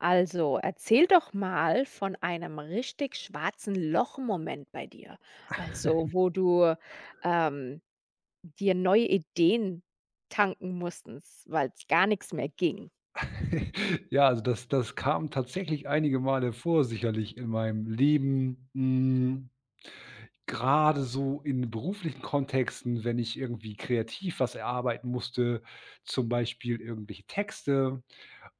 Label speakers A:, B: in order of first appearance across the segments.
A: Also, erzähl doch mal von einem richtig schwarzen Loch-Moment bei dir. Also, wo du, ähm, dir neue Ideen tanken musstest, weil es gar nichts mehr ging.
B: Ja, also das kam tatsächlich einige Male vor sicherlich in meinem Leben, grade so in beruflichen Kontexten, wenn ich irgendwie kreativ was erarbeiten musste, zum Beispiel irgendwelche Texte.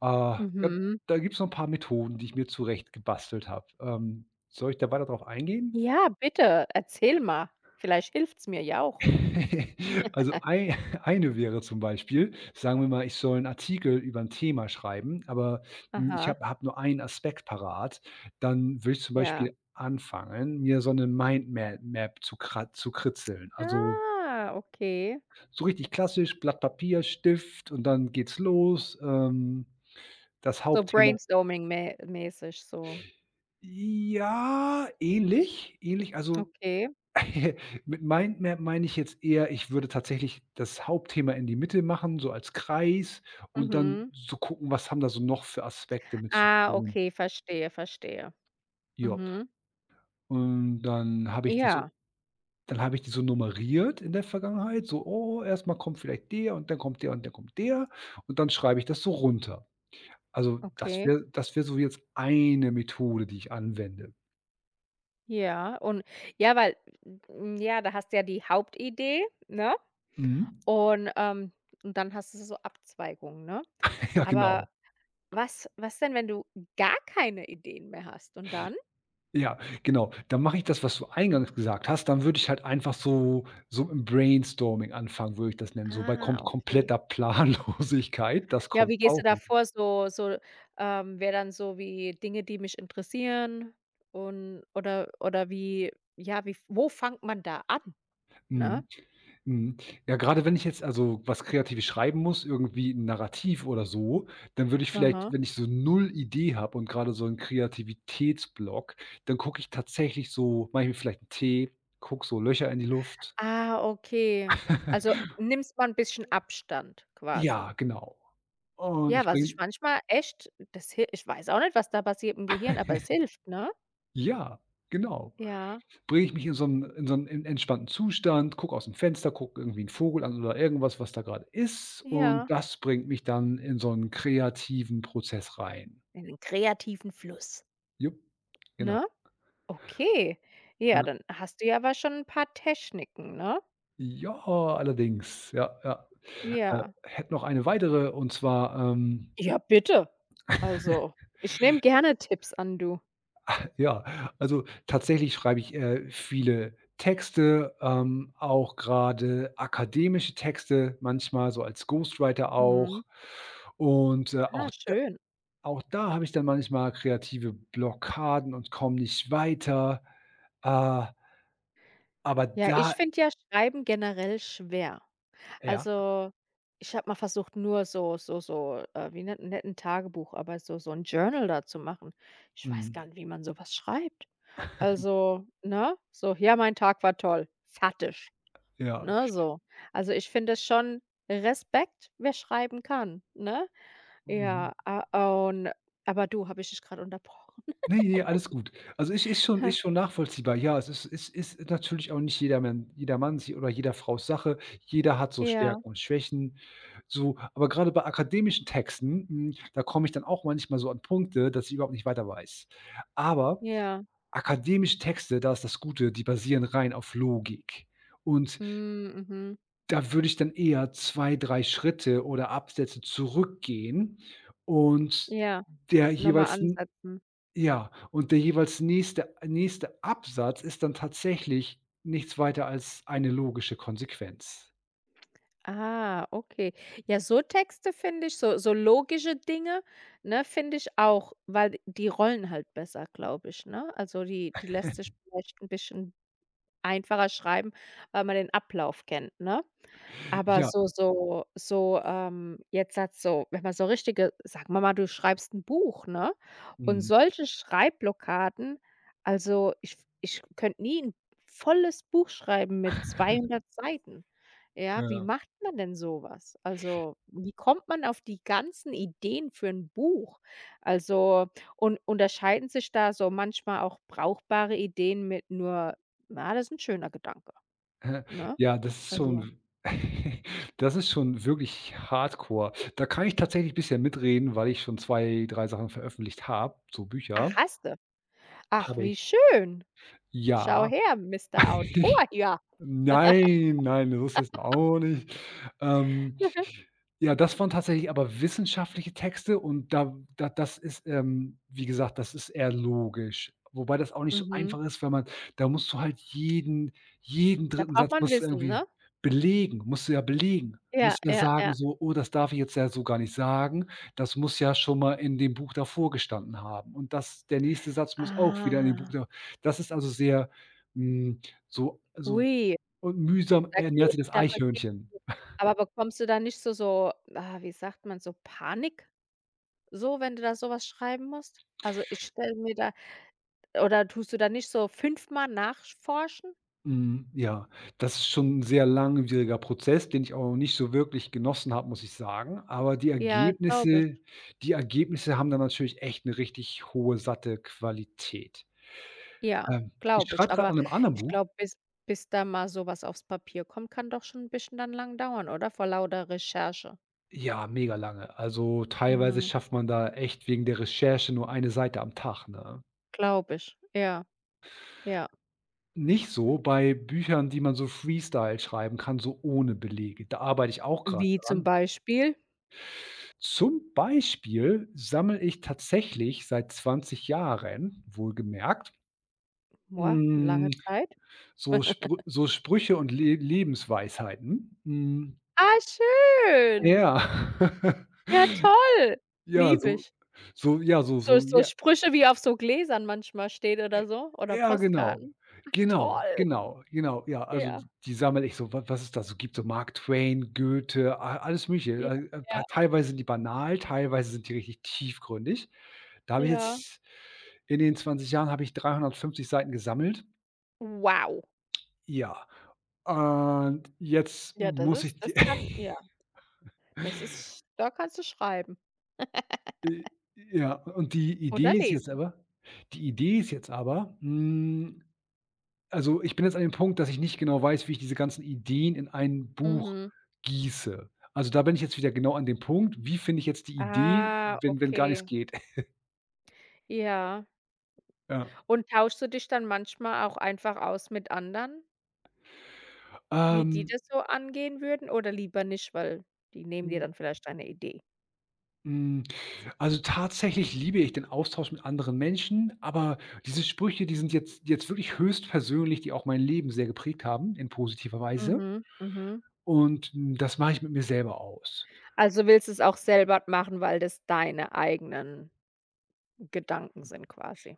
B: Ja,
A: Mhm.
B: da gibt's noch ein paar Methoden, die ich mir zurecht gebastelt habe. Soll ich da weiter drauf eingehen?
A: Ja, bitte, erzähl mal. Vielleicht hilft's mir ja auch.
B: Also, ei eine wäre zum Beispiel, sagen wir mal, ich soll einen Artikel über ein Thema schreiben, aber, ich
A: Aha,
B: habe nur einen Aspekt parat, dann würde ich zum
A: ja.
B: Beispiel anfangen, mir so eine Mindma Map zu kritzeln. Also,
A: Ah, okay.
B: so richtig klassisch, Blatt Papier, Stift und dann geht's los. Das
A: So
B: Hauptthema.
A: brainstorming mäßig so.
B: Ja, ähnlich, ähnlich. Also,
A: Okay.
B: mit Mindmap meine ich jetzt eher, ich würde tatsächlich das Hauptthema in die Mitte machen, so als Kreis und dann
A: Mhm.
B: so gucken, was haben da so noch für Aspekte mit zu
A: Ah,
B: tun.
A: okay, verstehe, verstehe.
B: Jopp.
A: Mhm.
B: Und dann habe ich die so
A: Ja,
B: dann habe ich die so nummeriert in der Vergangenheit, so: „Oh, erst mal kommt vielleicht der und dann kommt der und dann kommt der“ und dann schreibe ich das so runter. Also, das
A: okay.
B: wäre das wäre so jetzt eine Methode, die ich anwende.
A: Ja, und ja, ja, da hast du ja die Hauptidee, ne?
B: Mhm.
A: Und, ähm und dann hast du so Abzweigungen, ne?
B: Ja,
A: Aber
B: genau.
A: was denn, wenn du gar keine Ideen mehr hast und dann?
B: Ja, genau. Dann mache ich das, was du eingangs gesagt hast. Dann würde ich halt einfach so im Brainstorming anfangen, würde ich das nennen, so bei
A: Ah, okay.
B: kompletter Planlosigkeit. Das
A: Ja,
B: kommt
A: wie gehst du
B: auch.
A: da vor? So, wäre dann so wie Dinge, die mich interessieren und oder wie ja, wie wo fängt man da an, ne?
B: Mhm, mhm. Ja, gerade wenn ich jetzt also was Kreatives schreiben muss, irgendwie 'n Narrativ oder so, dann würde ich vielleicht,
A: Aha.
B: wenn ich so null Idee habe und gerade so 'n Kreativitätsblock, dann gucke ich tatsächlich, so mache ich mir vielleicht einen Tee, gucke so Löcher in die Luft.
A: Ah, okay. Also, nimmst mal ein bisschen Abstand
B: Ja,
A: quasi.
B: genau. Und
A: Ja,
B: ich
A: was
B: bringe
A: ich manchmal echt das hi ich weiß auch nicht, was da passiert im Gehirn, aber es hilft, ne?
B: Ja, genau.
A: Ja,
B: Bringe ich mich in so 'n en entspannten Zustand, gucke aus'm Fenster, gucke irgendwie 'n Vogel an oder irgendwas, was da grade ist, und
A: ja.
B: das bringt mich dann in so 'n kreativen Prozess rein.
A: In den kreativen Fluss.
B: Jup, genau.
A: Ne? Okay. Ja,
B: Ja.
A: dann hast du ja aber schon ein paar Techniken, ne?
B: Ja, allerdings. Ja, ja. Äh,
A: Ja.
B: hätte noch eine weitere, und zwar,
A: Ja, bitte. Also, ich nehme gerne Tipps an, du.
B: ja, also, tatsächlich schreibe ich, viele Texte, auch grade akademische Texte, manchmal so als Ghostwriter auch
A: Mhm.
B: und,
A: Ah,
B: auch
A: schön.
B: Da habe ich dann manchmal kreative Blockaden und komme nicht weiter. Äh, aber
A: Ja, ich
B: da,
A: finde ja Schreiben generell schwer.
B: ja,
A: Also, ich habe mal versucht, nur so, wie nennt 'n Tagebuch, aber so ein Journal da zu machen. Ich weiß
B: mhm,
A: gar nicht, wie man so was schreibt. Also, ne, so: „Ja, mein Tag war toll." Fertig,
B: ja,
A: ne, so. Also, ich finde es schon Respekt, wer schreiben kann, ne?
B: mhm.
A: Ja, a und aber du, habe ich dich gerade unterbrochen?
B: Ne, ne, alles gut. Also, ist schon nachvollziehbar. Ja, es ist natürlich auch nicht jedermanns oder jeder Fraus Sache. Jeder hat so
A: Ja,
B: Stärken und Schwächen, so. Aber grade bei akademischen Texten, da komme ich dann auch manchmal so an Punkte, dass ich überhaupt nicht weiter weiß. Aber
A: ja.
B: akademische Texte, da ist das Gute, die basieren rein auf Logik. Und.
A: Mhm, mhm.
B: Da würde ich dann eher 2 3 Schritte oder Absätze zurückgehen und
A: Ja,
B: der
A: nochmal
B: jeweils n
A: ansetzen.
B: ja, und der jeweils nächste Absatz ist dann tatsächlich nichts weiter als eine logische Konsequenz.
A: Ah, okay. Ja, so Texte finde ich, so so logische Dinge, ne, finde ich auch, weil die rollen halt besser, glaube ich, ne? Also, die die lässt sich vielleicht ein bisschen einfacher schreiben, weil man den Ablauf kennt, ne? Aber
B: Ja,
A: so, jetzt hat so wenn man so richtige sagen wir mal, du schreibst ein Buch, ne? Und
B: mhm,
A: solche Schreibblockaden also, ich könnte nie ein volles Buch schreiben mit 200 Seiten. Ja, wie
B: ja,
A: macht man denn sowas? Also, wie kommt man auf die ganzen Ideen für 'n Buch? Also, und unterscheiden sich da so manchmal auch brauchbare Ideen mit nur: „Na, das ist 'n schöner Gedanke",
B: äh,
A: ne?
B: ja, das ist
A: Also
B: schon das ist schon wirklich hardcore. Da kann ich tatsächlich bisschen mitreden, weil ich schon 2 3 Sachen veröffentlicht habe, so
A: ach,
B: Bücher.
A: hast du? Ach,
B: Habe
A: wie
B: ich,
A: schön. Schau
B: ja.
A: her, Mister Autor hier.
B: Nein, nein, so ist es auch nicht. Ähm, ja, das waren tatsächlich aber wissenschaftliche Texte und da das ist, wie gesagt, das ist eher logisch. Wobei das auch nicht so
A: Mhm.
B: einfach ist, weil man da musst du halt jeden
A: Da
B: dritten
A: braucht
B: Satz
A: man
B: musst du
A: Wissen,
B: irgendwie
A: ne?
B: belegen, musst du ja belegen.
A: Ja,
B: Musst ja
A: ja, ja.
B: sagen so: „Oh, das darf ich jetzt ja so gar nicht sagen. Das muss ja schon mal in dem Buch davor gestanden haben und das der nächste Satz muss auch wieder in dem Buch
A: Ah,
B: da“. Das ist also sehr, hm, so so,
A: ui,
B: und mühsam
A: da
B: ernährt
A: krieg
B: sich das
A: da
B: Eichhörnchen.
A: aber bekommst du da nicht so so, ah, wie sagt man, so Panik? So, wenn du da sowas schreiben musst? Also, ich stelle mir da oder tust du da nicht so fünfmal nachforschen?
B: Mhm, ja, das ist schon 'n sehr langwieriger Prozess, den ich auch noch nicht so wirklich genossen habe, muss ich sagen. Aber die
A: Ja, glaube ich.
B: Ergebnisse die Ergebnisse haben dann natürlich echt 'ne richtig hohe, satte Qualität.
A: Ja,
B: Ich
A: glaube ich.
B: schreibe grad
A: Aber
B: an 'nem anderen
A: ich
B: Buch.
A: glaube, bis da mal sowas aufs Papier kommt, kann doch schon 'n bisschen dann lang dauern, oder? Vor lauter Recherche.
B: Ja, mega lange. Also, teilweise
A: Mhm,
B: schafft man da echt wegen der Recherche nur eine Seite am Tag, ne?
A: glaube ich. Ja, ja.
B: Nicht so bei Büchern, die man so Freestyle schreiben kann, so ohne Belege. Da arbeite ich auch grad
A: Wie zum
B: dran.
A: Beispiel?
B: Zum Beispiel sammle ich tatsächlich seit 20 Jahren, wohlgemerkt,
A: Boah,
B: hm,
A: lange Zeit.
B: so Sprüche und Le Lebensweisheiten. Hm,
A: Ah, schön.
B: ja.
A: Ja, toll.
B: Ja,
A: Liebe
B: so,
A: ich.
B: so, ja, so,
A: So
B: so,
A: so
B: ja,
A: Sprüche, wie auf so Gläsern manchmal steht
B: J
A: oder so oder
B: ja, genau.
A: Postkarten.
B: Genau,
A: Toll.
B: genau, genau. Ja, also
A: Ja,
B: d die sammle ich so. Wa was es da so gibt, so Mark Twain, Goethe, a alles Mögliche.
A: ja,
B: Al pa
A: ja,
B: teilweise sind die banal, teilweise sind die richtig tiefgründig. Da habe ich
A: ja.
B: jetzt in den 20 Jahren habe ich 350 Seiten gesammelt.
A: Wow.
B: Ja, und jetzt
A: Ja, das
B: muss
A: ist
B: ich
A: das
B: die.
A: kann ja, das ist da kannst du schreiben
B: Ja, und die Idee
A: oder
B: ist jetzt
A: lesen.
B: aber, die Idee ist jetzt aber, hm Also, ich bin jetzt an dem Punkt, dass ich nicht genau weiß, wie ich diese ganzen Ideen in ein Buch
A: Mhm.
B: gieße. Also, da bin ich jetzt wieder genau an dem Punkt, wie finde ich jetzt die Idee,
A: Ah,
B: wenn gar nichts
A: okay.
B: geht?
A: Ja.
B: Ja.
A: Und tauschst du dich dann manchmal auch einfach aus mit anderen, wie die
B: Ähm,
A: das so angehen würden oder lieber nicht, weil die nehmen dir
B: hm,
A: dann vielleicht deine Idee?
B: hm, also, tatsächlich liebe ich den Austausch mit anderen Menschen, aber diese Sprüche, die sind jetzt wirklich höchst persönlich, die auch mein Leben sehr geprägt haben in positiver Weise
A: Mhm, mhm.
B: und, das mache ich mit mir selber aus.
A: Also willst du's auch selber machen, weil das deine eigenen Gedanken sind quasi?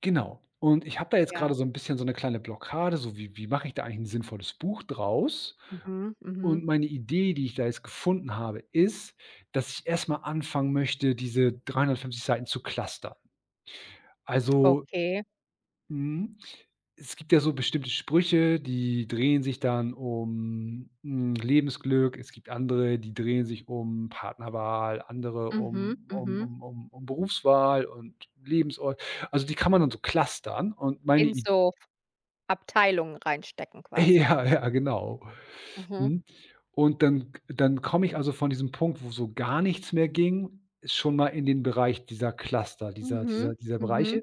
B: Genau. Und ich habe da jetzt
A: Ja.
B: gerade so ein bisschen so eine kleine Blockade, so wie mache ich da eigentlich ein sinnvolles Buch draus?
A: Mhm, mhm.
B: Und meine Idee, die ich da jetzt gefunden habe, ist, dass ich erst mal anfangen möchte, diese 350 Seiten zu clustern. Also,
A: Okay.
B: mhm, es gibt ja so bestimmte Sprüche, die drehen sich dann um, Lebensglück. Es gibt andere, die drehen sich um Partnerwahl, andere
A: Mhm,
B: um um
A: mhm.
B: um um um Berufswahl und Lebensort. Also, die kann man dann so clustern und meine.
A: In so Abteilungen reinstecken quasi.
B: Ja, ja, genau.
A: Mhm.
B: Mhm. Und dann komme ich also von diesem Punkt, wo so gar nichts mehr ging, schon mal in den Bereich dieser Cluster, dieser
A: Mhm,
B: dieser dieser
A: mhm.
B: Bereiche,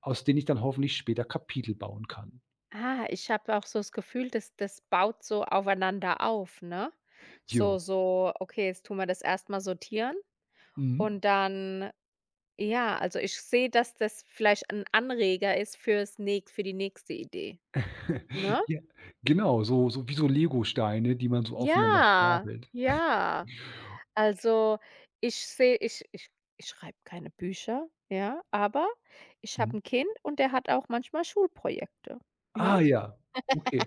B: aus denen ich dann hoffentlich später Kapitel bauen kann.
A: Ah, ich habe auch so das Gefühl, dass das baut so aufeinander auf, ne? So
B: Jo.
A: so: „Okay, jetzt tun wir das erst mal sortieren"
B: Mhm.
A: und dann ja, also, ich sehe, dass das vielleicht ein Anreger ist fürs nächst für die nächste Idee, ne?
B: Ja, genau, so wie so Legosteine, die man so aufeinander
A: Ja,
B: stapelt.
A: ja. Also, ich sehe ich schreibe keine Bücher, ja, aber ich habe
B: Mhm.
A: ein Kind und der hat auch manchmal Schulprojekte, ja?
B: Ah, ja, okay.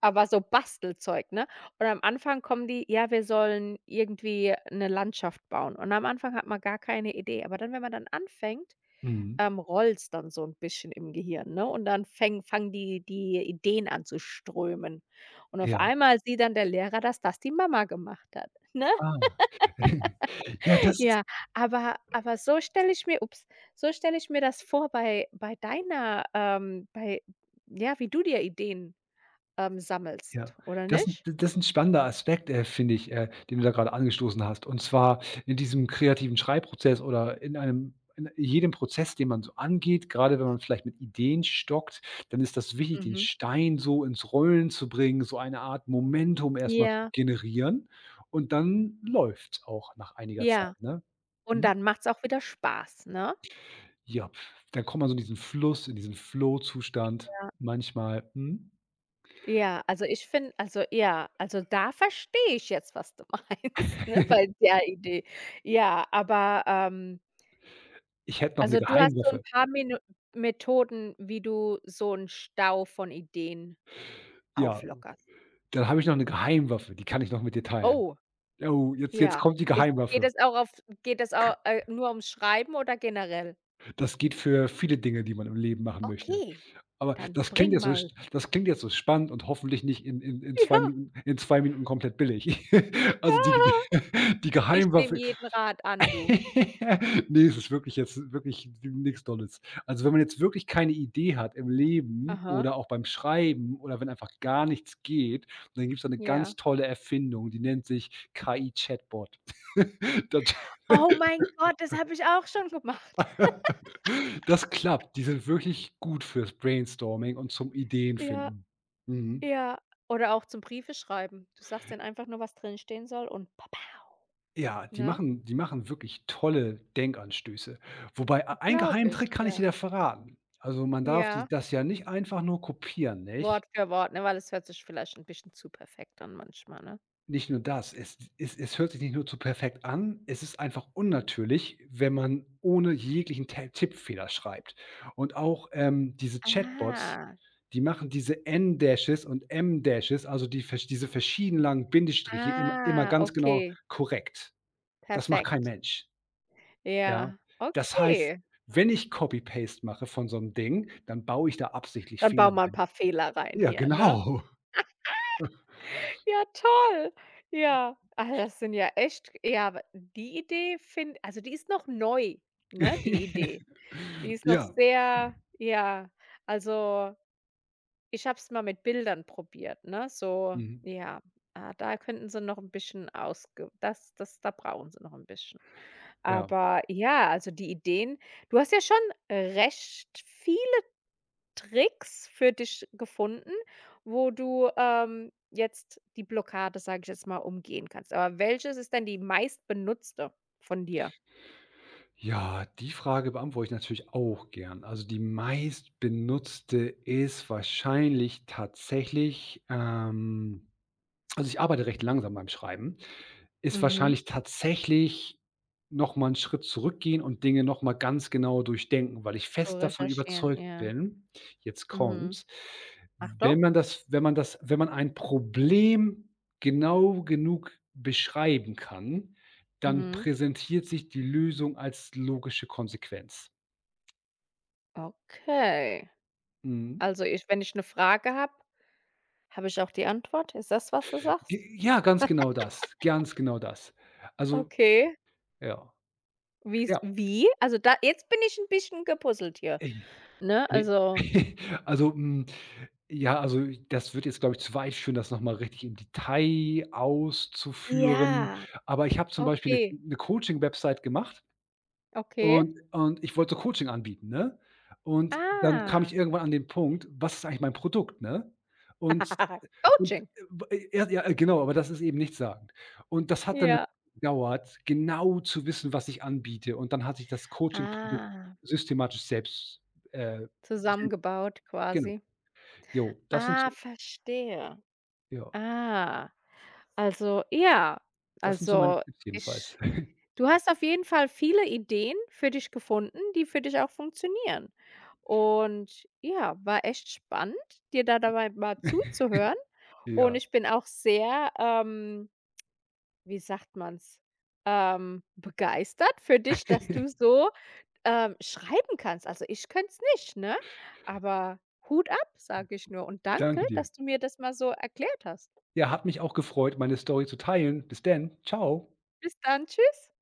A: Aber so Bastelzeug, ne? Und am Anfang kommen die: „Ja, wir sollen irgendwie eine Landschaft bauen." Und am Anfang hat man gar keine Idee. Aber dann, wenn man dann anfängt,
B: Mhm.
A: rollt's dann so ein bisschen im Gehirn, ne? Und dann fängt fangen die Ideen an zu strömen. Und auf
B: Ja.
A: einmal sieht dann der Lehrer, dass das die Mama gemacht hat, ne?
B: Ah. Ja, das
A: Ja, aber so stelle ich mir das vor bei deiner, bei ja, wie du dir Ideen, sammelst,
B: Ja,
A: oder
B: das 'n
A: nicht?
B: spannender Aspekt, finde ich, den du da grade angestoßen hast. Und zwar in diesem kreativen Schreibprozess oder in jedem Prozess, den man so angeht, grade wenn man vielleicht mit Ideen stockt, dann ist das wichtig, den
A: Mhm.
B: Stein so ins Rollen zu bringen, so eine Art Momentum erst mal zu
A: Ja,
B: generieren, und dann läuft's auch nach einiger
A: ja.
B: Zeit, ne?
A: Und
B: Mhm.
A: dann macht's auch wieder Spaß, ne?
B: Ja, dann kommt man so in diesen Fluss, in diesen Flow-Zustand
A: Ja.
B: manchmal. Mhm.
A: Ja, also ich finde also ja, also da verstehe ich jetzt, was du meinst, ne, bei der Idee. Ja, aber,
B: Ich hätte noch 'ne
A: also du hast so ein
B: Geheimwaffe.
A: paar Meno Methoden, wie du so 'n Stau von Ideen
B: Ja.
A: auflockerst.
B: Dann habe ich noch 'ne Geheimwaffe, die kann ich noch mit dir teilen.
A: Oh.
B: Oh, jetzt
A: Ja.
B: kommt die
A: Ist geht
B: Geheimwaffe.
A: es auch auf geht es auch nur ums Schreiben oder generell?
B: Das geht für viele Dinge, die man im Leben machen möchte.
A: Okay.
B: Aber
A: Dann bring mal.
B: das klingt jetzt so spannend und hoffentlich nicht in 2
A: Ja.
B: Minuten in 2 Minuten komplett billig. Also, die
A: Ah,
B: die
A: ich nehme
B: Geheimwaffe.
A: jeden Rat an, du.
B: Ne, es ist wirklich jetzt wirklich nichts Dolles. Also, wenn man jetzt wirklich keine Idee hat im Leben
A: Aha,
B: oder auch beim Schreiben oder wenn einfach gar nichts geht, dann gibt's da eine ganz
A: ja.
B: tolle Erfindung, die nennt sich KI-Chatbot. Das,
A: Oh mein Gott, das habe ich auch schon gemacht.
B: das klappt. Die sind wirklich gut fürs Brainstorming und zum
A: Ja,
B: Ideenfinden. Mhm.
A: ja. Oder auch zum Briefe schreiben. Du sagst dann einfach nur, was drin stehen soll und papau,
B: Ja, die
A: ne?
B: machen die machen wirklich tolle Denkanstöße. Wobei, ei einen
A: Glaube
B: geheimen
A: ich,
B: Trick kann ich
A: ja.
B: dir da verraten. Also, man darf d
A: Ja,
B: das ja nicht einfach nur kopieren, nicht?
A: Wort für Wort, ne, weil es hört sich vielleicht ein bisschen zu perfekt an manchmal, ne?
B: Nicht nur das, es hört sich nicht nur zu perfekt an, es ist einfach unnatürlich, wenn man ohne jeglichen Te Tippfehler schreibt. Und auch, diese Chatbots,
A: Ah,
B: die machen diese N-Dashes und M-Dashes, also diese verschieden langen Bindestriche immer immer
A: ah,
B: ganz genau
A: okay,
B: korrekt. Das macht kein
A: perfekt.
B: Mensch. Ja.
A: Ja,
B: Das heißt,
A: okay.
B: wenn ich Copy Paste mache von so 'nem Ding, dann baue ich da absichtlich
A: Dann
B: Fehler
A: bauen wir ein
B: rein.
A: paar Fehler rein
B: Ja,
A: hier, ne?
B: genau.
A: Ja, toll. Ja. Ah, das sind ja echt ja, aber die Idee finde also, die ist noch neu, ne, die Idee. Die ist noch
B: Ja,
A: sehr ja, also, ich habe es mal mit Bildern probiert, ne, so
B: mhm,
A: ja, ah, da könnten sie noch ein bisschen ausge das da brauchen sie noch ein bisschen.
B: ja.
A: Aber ja, also, die Ideen du hast ja schon recht viel Tricks für dich gefunden, wo du, jetzt die Blockade, sage ich jetzt mal, umgehen kannst. Aber welches ist denn die meistbenutzte von dir?
B: Ja, die Frage beantworte ich natürlich auch gern. Also, die meistbenutzte ist wahrscheinlich tatsächlich, also, ich arbeite recht langsam beim Schreiben, ist
A: Mhm.
B: wahrscheinlich tatsächlich noch mal 'n Schritt zurückgehen und Dinge noch mal ganz genau durchdenken, weil ich
A: Zu
B: fest davon
A: recherchieren,
B: überzeugt
A: ja.
B: bin, jetzt
A: Mhm.
B: kommt's,
A: Achtung.
B: wenn man ein Problem genau genug beschreiben kann, dann
A: Mhm.
B: präsentiert sich die Lösung als logische Konsequenz.
A: Okay.
B: Mhm.
A: Also, ich wenn ich eine Frage habe, habe ich auch die Antwort? Ist das, was du
B: J
A: sagst?
B: Ja, ganz genau das, ganz genau das. Also
A: Okay.
B: ja,
A: Wie's
B: ja.
A: wie? Also, da jetzt bin ich ein bisschen gepuzzelt hier, ne?
B: Ne.
A: Also
B: Also, ja, also, das wird jetzt, glaube ich, zu weit führen, das noch mal richtig im Detail auszuführen.
A: ja.
B: Aber ich habe zum Beispiel 'ne
A: Okay,
B: 'ne Coaching-Website gemacht
A: okay.
B: und ich wollte Coaching anbieten, ne? Und dann kam ich
A: Ah.
B: irgendwann an den Punkt: „Was ist eigentlich mein Produkt“, ne? Und und,
A: Coaching?
B: w ja, genau, aber das ist eben nichtssagend. Und das hat dann
A: Ja.
B: gedauert, genau zu wissen, was ich anbiete. Und dann hatte ich das Coaching-Produkt
A: Ah,
B: systematisch äh, selbst
A: zusammengebaut
B: genau.
A: quasi.
B: Jo, das sind
A: Ah,
B: so,
A: verstehe.
B: ja,
A: Ah, also ja,
B: das sind so meine
A: also
B: Tipps jedenfalls.
A: ich du hast auf jeden Fall viele Ideen für dich gefunden, die für dich auch funktionieren. Und ja, war echt spannend, dir da dabei mal zuzuhören. Und
B: Ja,
A: ich bin auch sehr, wie sagt man's, begeistert für dich, dass du so schreiben kannst. Also, ich könnte es nicht, ne? Aber Hut ab, sage ich nur und danke,
B: danke dir.
A: dass du mir das mal so erklärt hast.
B: Ja, hat mich auch gefreut, meine Story zu teilen. Bis denn. Tschau.
A: Bis dann, tschüss.